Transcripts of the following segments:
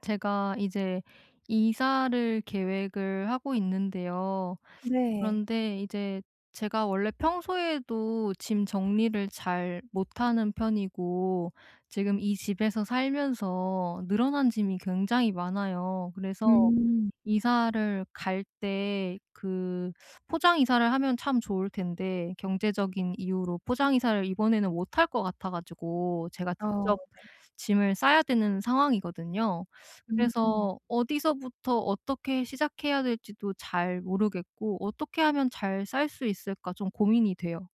제가 이제 이사를 계획을 하고 있는데요. 네. 그런데 이제 제가 원래 평소에도 짐 정리를 잘 못하는 편이고, 지금 이 집에서 살면서 늘어난 짐이 굉장히 많아요. 그래서 음. 이사를 갈 때 그 포장 이사를 하면 참 좋을 텐데, 경제적인 이유로 포장 이사를 이번에는 못할 것 같아 가지고 제가 어. 직접 짐을 싸야 되는 상황이거든요. 음. 그래서 어디서부터 어떻게 시작해야 될지도 잘 모르겠고, 어떻게 하면 잘 쌀 수 있을까 좀 고민이 돼요.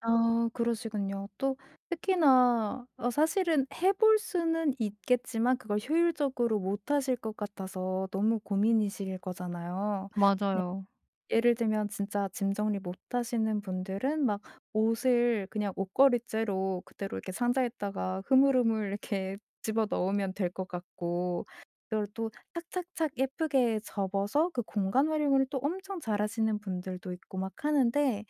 아, 그러시군요. 또 특히나 사실은 해볼 수는 있겠지만 그걸 효율적으로 못 하실 것 같아서 너무 고민이실 거잖아요. 맞아요. 예를 들면 진짜 짐 정리 못 하시는 분들은 막 옷을 그냥 옷걸이째로 그대로 이렇게 상자에다가 흐물흐물 이렇게 집어 넣으면 될 것 같고, 그걸 또 착착착 예쁘게 접어서 그 공간 활용을 또 엄청 잘하시는 분들도 있고 막 하는데,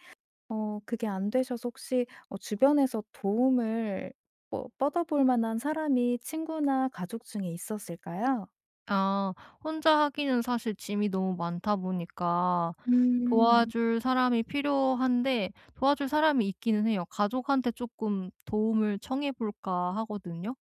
그게 안 되셔서 혹시 주변에서 도움을 뭐 뻗어 볼 만한 사람이 친구나 가족 중에 있었을까요? 아 혼자 하기는 사실 짐이 너무 많다 보니까 음. 도와줄 사람이 필요한데, 도와줄 사람이 있기는 해요. 가족한테 조금 도움을 청해 볼까 하거든요.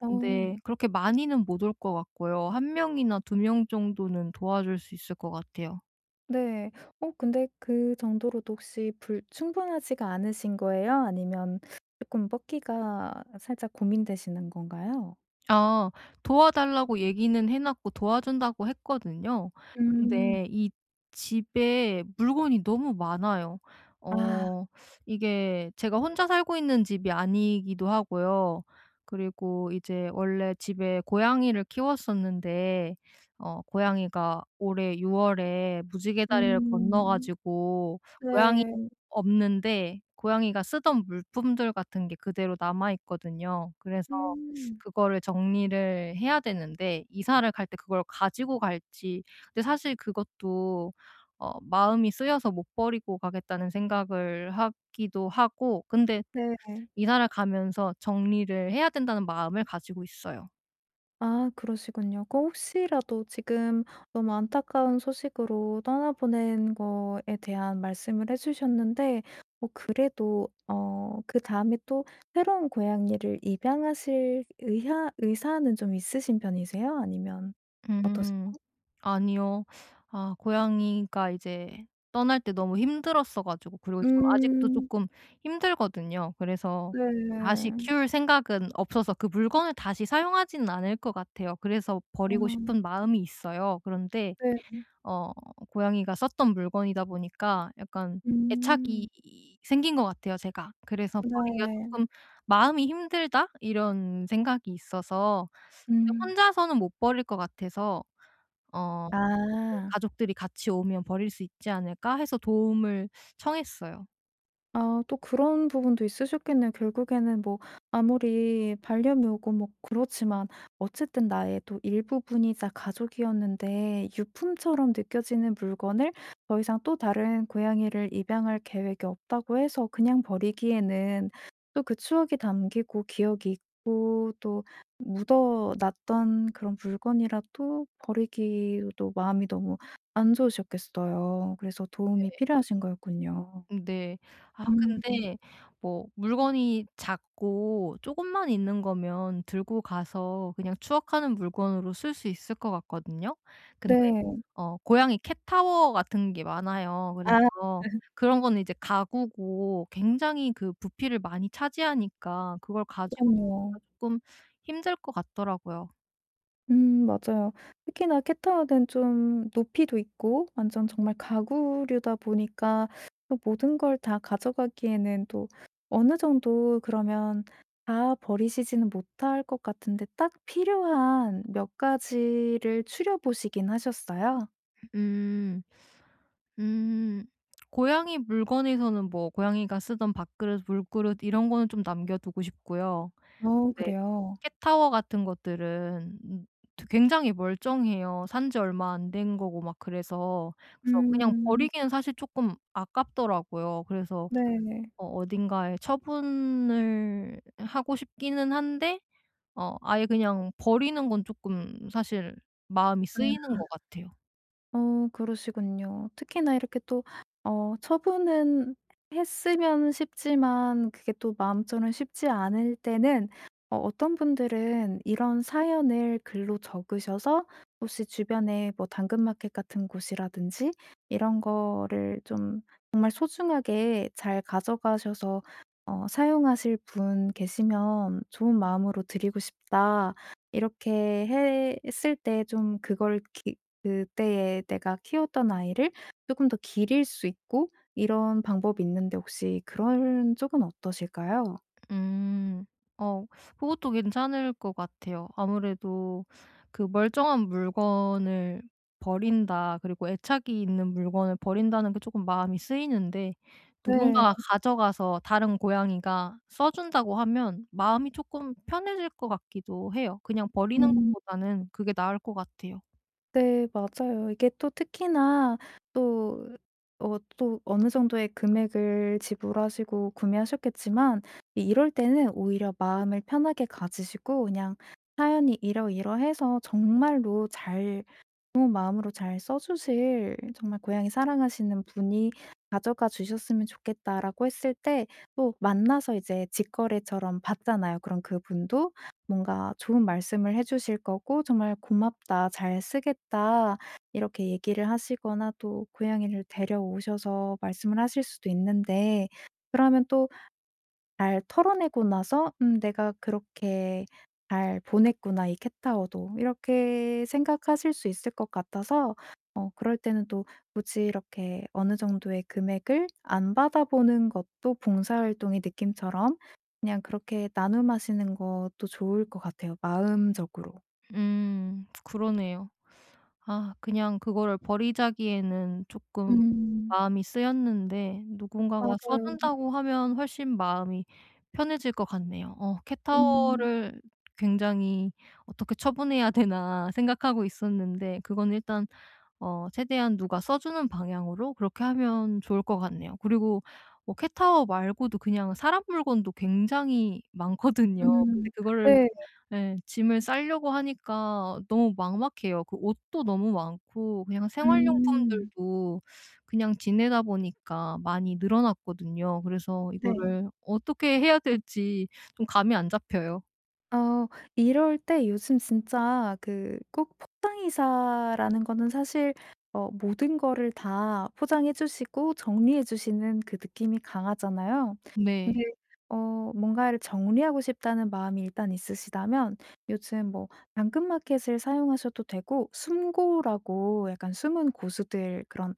어. 근데 그렇게 많이는 못 올 것 같고요. 한 명이나 두 명 정도는 도와줄 수 있을 것 같아요. 네. 근데 그 정도로도 혹시 불 충분하지가 않으신 거예요? 아니면 조금 뻗기가 살짝 고민되시는 건가요? 아 도와달라고 얘기는 해 놨고 도와준다고 했거든요. 음. 근데 이 집에 물건이 너무 많아요. 아. 어 이게 제가 혼자 살고 있는 집이 아니기도 하고요. 그리고 이제 원래 집에 고양이를 키웠었는데, 고양이가 올해 6 월에 무지개 다리를 건너 음. 가지고, 고양이 네. 없는데 고양이가 쓰던 물품들 같은 게 그대로 남아 있거든요. 그래서 음. 그거를 정리를 해야 되는데, 이사를 갈 때 그걸 가지고 갈지, 근데 사실 그것도 마음이 쓰여서 못 버리고 가겠다는 생각을 하기도 하고, 근데 네. 이사를 가면서 정리를 해야 된다는 마음을 가지고 있어요. 아, 그러시군요. 그 혹시라도 지금 너무 안타까운 소식으로 떠나보낸 거에 대한 말씀을 해 주셨는데, 뭐 그래도 그다음에 또 새로운 고양이를 입양하실 의향 의사는 좀 있으신 편이세요? 아니면 어떠세요? 음. 아니요. 아 고양이가 이제 떠날 때 너무 힘들었어 가지고, 그리고 지금 아직도 음. 조금 힘들거든요. 그래서 네. 다시 키울 생각은 없어서 그 물건을 다시 사용하지는 않을 것 같아요. 그래서 아, 버리고 싶은 마음이 있어요. 그런데 네. 어 고양이가 썼던 물건이다 보니까 약간 애착이 음. 생긴 것 같아요, 제가. 그래서 '버리기가 네. 조금 마음이 힘들다.' 이런 생각이 있어서, 음. 근데 혼자서는 못 버릴 것 같아서 어 네 아. '가족들이 같이 오면 버릴 수 있지 않을까?' 해서 도움을 청했어요. 아, 또 그런 부분도 있으셨겠네요. 결국에는 뭐 아무리 반려묘고 뭐 그렇지만 어쨌든 나의 또 일부분이자 가족이었는데, 유품처럼 느껴지는 물건을 더 이상 또 다른 고양이를 입양할 계획이 없다고 해서 그냥 버리기에는, 또 그 추억이 담기고 기억이 있고 또 묻어 놨던 그런 물건이라 또 버리기도 마음이 너무 안 좋으셨겠어요. 그래서 도움이 네. 필요하신 거였군요. 네. 아 음. 근데 뭐 물건이 작고 조금만 있는 거면 들고 가서 그냥 추억하는 물건으로 쓸 수 있을 것 같거든요. 근데 네. 고양이 캣타워 같은 게 많아요. 아. 그래서 그런 거는 이제 가구고 굉장히 그 부피를 많이 차지하니까 그걸 가지고 그럼요. 가기가 조금 힘들 것 같더라고요. 음, 맞아요. 특히나 캣타워는 좀 높이도 있고 완전 정말 가구류다 보니까 또 모든 걸 다 가져가기에는, 또 어느 정도 그러면 다 버리시지는 못할 것 같은데, 딱 필요한 몇 가지를 추려 보시긴 하셨어요? 음. 음. 고양이 물건에서는 뭐 고양이가 쓰던 밥그릇, 물그릇 이런 거는 좀 남겨 두고 싶고요. 어, 근데 그래요. 캣타워 같은 것들은 굉장히 멀쩡해요. 산지 얼마 안 된 거고 막 그래서 그냥 음. 버리기는 사실 조금 아깝더라고요. 그래서 네. 어딘가에 처분을 하고 싶기는 한데, 아예 그냥 버리는 건 조금 사실 마음이 쓰이는 것 같아요. 그러시군요. 특히나 이렇게 또 처분은 했으면 쉽지만 그게 또 마음처럼 쉽지 않을 때는, 어떤 분들은 이런 사연을 글로 적으셔서 혹시 주변에 뭐 당근마켓 같은 곳이라든지 이런 거를 좀 정말 소중하게 잘 가져가셔서 사용하실 분 계시면 "좋은 마음으로 드리고 싶다." 이렇게 했을 때, 좀 그걸 기 그때에 내가 키웠던 아이를 조금 더 기릴 수 있고, 이런 방법이 있는데 혹시 그런 쪽은 어떠실까요? 음. 어 그것도 괜찮을 것 같아요. 아무래도 그 멀쩡한 물건을 버린다, 그리고 애착이 있는 물건을 버린다는 게 조금 마음이 쓰이는데 네. 누군가가 가져가서 다른 고양이가 써 준다고 하면 마음이 조금 편해질 것 같기도 해요. 그냥 버리는 음. 것보다는 그게 나을 것 같아요. 네, 맞아요. 이게 또 특히나 또 또 어느 정도의 금액을 지불하시고 구매하셨겠지만, 이 이럴 때는 오히려 마음을 편하게 가지시고 그냥 사연이 이러이러해서 정말로 잘, 좋은 마음으로 잘 써 주실 정말 고양이 사랑하시는 분이 가져가 주셨으면 좋겠다라고 했을 때, 또 만나서 이제 직거래처럼 봤잖아요. 그럼 그분도 뭔가 좋은 말씀을 해 주실 거고 정말 "고맙다. 잘 쓰겠다." 이렇게 얘기를 하시거나 또 고양이를 데려오셔서 말씀을 하실 수도 있는데, 그러면 또 잘 털어내고 나서 '음, 내가 그렇게 잘 보냈구나, 이 캣타워도.' 이렇게 생각하실 수 있을 것 같아서, 그럴 때는 또 굳이 이렇게 어느 정도의 금액을 안 받아보는 것도 봉사활동의 느낌처럼 그냥 그렇게 나눔하시는 것도 좋을 것 같아요, 마음적으로. 그러네요. 아 그냥 그거를 버리자기에는 조금 음. 마음이 쓰였는데, 누군가가 써 맞아요. 준다고 하면 훨씬 마음이 편해질 것 같네요. 음. 캣타워를 굉장히 '어떻게 처분해야 되나.' 생각하고 있었는데, 그건 일단 최대한 누가 써 주는 방향으로 그렇게 하면 좋을 것 같네요. 그리고 뭐 캣타워 말고도 그냥 사람 물건도 굉장히 음. 많거든요. 음. 근데 그거를, 네. 예. 짐을 싸려고 하니까 너무 막막해요. 그 옷도 너무 많고 그냥 음. 생활용품들도 그냥 지내다 보니까 많이 늘어났거든요. 그래서 네. 이거를 어떻게 해야 될지 좀 감이 안 잡혀요. 어 이럴 때 요즘 진짜 그 꼭 포장이사라는 거는 사실, 모든 거를 다 포장해 주시고 정리해 주시는 그 느낌이 강하잖아요. 네. 근데 뭔가를 정리하고 싶다는 마음이 일단 있으시다면, 요즘 뭐 당근마켓을 사용하셔도 되고, 숨고라고, 약간 숨은 고수들 그런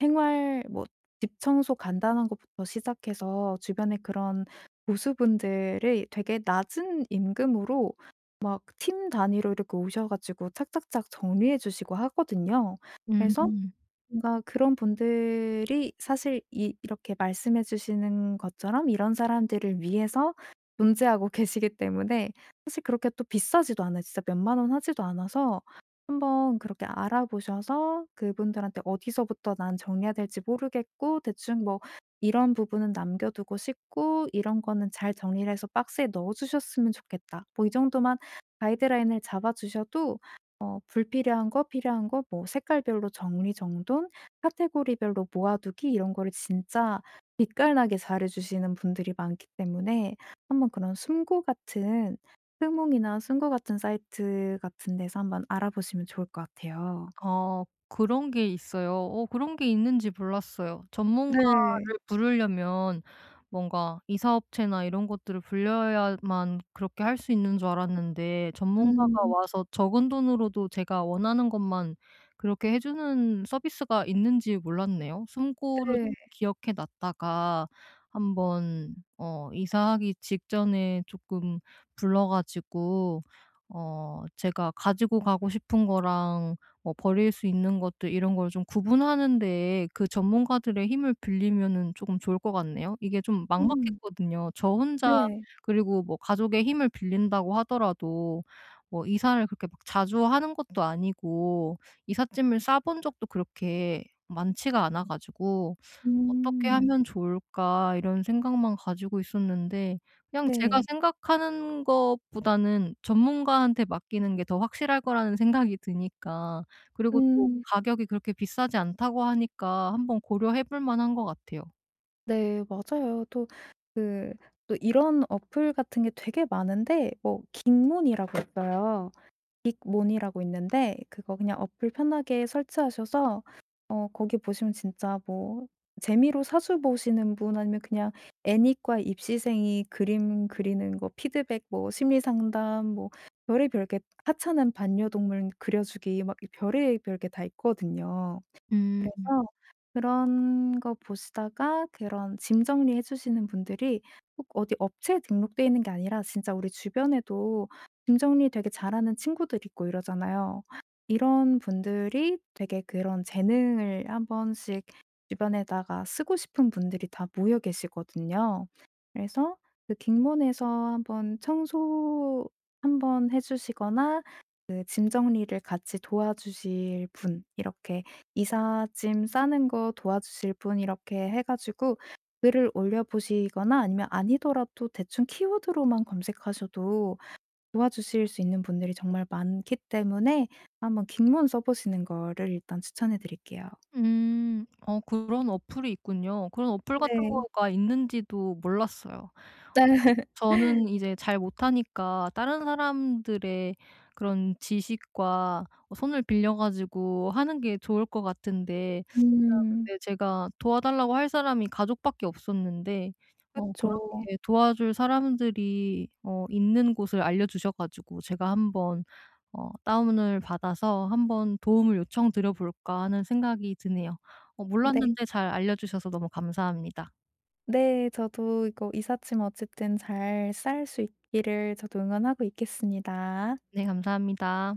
생활 뭐 집 청소 간단한 것부터 시작해서 주변에 그런 고수분들이 되게 낮은 임금으로 막 팀 단위로 이렇게 오셔 가지고 착착착 정리해 주시고 하거든요. 그래서 음. 뭔가 그런 분들이 사실 이 이렇게 말씀해 주시는 것처럼 이런 사람들을 위해서 존재하고 계시기 때문에 사실 그렇게 또 비싸지도 않아요. 진짜 몇 만 원 하지도 않아서, 한번 그렇게 알아보셔서 그분들한테 어디서부터 난 정리해야 될지 모르겠고 대충 뭐 "이런 부분은 남겨 두고 싶고 이런 거는 잘 정리를 해서 박스에 넣어 주셨으면 좋겠다." 뭐 이 정도만 가이드라인을 잡아 주셔도, 불필요한 거 필요한 거 뭐 색깔별로 정리정돈, 카테고리별로 모아두기, 이런 거를 진짜 빛깔나게 잘해 주시는 분들이 많기 때문에 한번 그런 숨고 같은 스몽이나 숨고 같은 사이트 같은 데서 한번 알아보시면 좋을 것 같아요. 아 그런 게 있어요. 그런 게 있는지 몰랐어요. 네. 전문가를 부르려면 뭔가 이사업체나 이런 것들을 불려야만 그렇게 할 수 있는 줄 알았는데, 전문가가 음, 와서 적은 돈으로도 제가 원하는 것만 그렇게 해 주는 서비스가 있는지 몰랐네요. 숨고를 네. 기억해 놨다가 한번 이사하기 직전에 조금 불러 가지고 제가 가지고 가고 싶은 거랑 뭐 버릴 수 있는 것들 이런 걸 좀 구분하는 데에 그 전문가들의 힘을 빌리면은 조금 좋을 것 같네요. 이게 좀 음. 막막했거든요, 저 혼자. 네. 그리고 뭐 가족의 힘을 빌린다고 하더라도, 뭐 이사를 그렇게 막 자주 하는 것도 아니고 이삿짐을 싸본 적도 그렇게 많지가 않아 가지고 '어떻게 음, 하면 좋을까?' 이런 생각만 가지고 있었는데, 그냥 제가 네. 생각하는 것보다는 전문가한테 맡기는 게 더 확실할 거라는 생각이 드니까, 그리고 또 음, 가격이 그렇게 비싸지 않다고 하니까 한번 고려해 볼 만한 것 같아요. 네, 맞아요. 그 또 이런 어플 같은 게 되게 많은데, 뭐 긱몬이라고 있어요. 빅몬이라고 있는데, 그거 그냥 어플 편하게 설치하셔서 거기 보시면 진짜 뭐 재미로 사주 보시는 분 아니면 그냥 애니과 입시생이 그림 그리는 거 피드백, 뭐 심리 상담, 뭐 별의별 게, 하찮은 반려동물 그려주기 막 별의별 게 다 있거든요. 음. 그래서 그런 거 보시다가 그런 짐 정리해 주시는 분들이 꼭 어디 업체에 등록돼 있는 게 아니라 진짜 우리 주변에도 짐 정리 되게 잘하는 친구들 있고 이러잖아요. 이런 분들이 되게 그런 재능을 한 번씩 주변에다가 쓰고 싶은 분들이 다 모여 계시거든요. 그래서 그 빅몬에서 한번 청소 한번 해 주시거나 그 짐 정리를 같이 도와주실 분 이렇게, 이사 짐 싸는 거 도와주실 분 이렇게 해 가지고 글을 올려 보시거나, 아니면 아니더라도 대충 키워드로만 검색하셔도 도와주실 수 있는 분들이 정말 많기 때문에, 한번 긴 문 써 보시는 거를 일단 추천해 드릴게요. 음. 그런 어플이 있군요. 그런 어플 같은 네. 거가 있는지도 몰랐어요. 저는 이제 잘 못하니까 다른 사람들의 그런 지식과 손을 빌려 가지고 하는 게 좋을 것 같은데, 아 음. 근데 제가 도와달라고 할 사람이 가족밖에 없었는데, 그쵸. 그렇게 도와줄 사람들이 있는 곳을 알려주셔 가지고 제가 한번 다운을 받아서 '한번 도움을 요청드려 볼까.' 하는 생각이 드네요. 네. 몰랐는데 잘 알려 주셔서 너무 감사합니다. 네. 저도 이거 이삿짐 어쨌든 잘 쌀 수 있기를 저도 응원하고 있겠습니다. 네 감사합니다.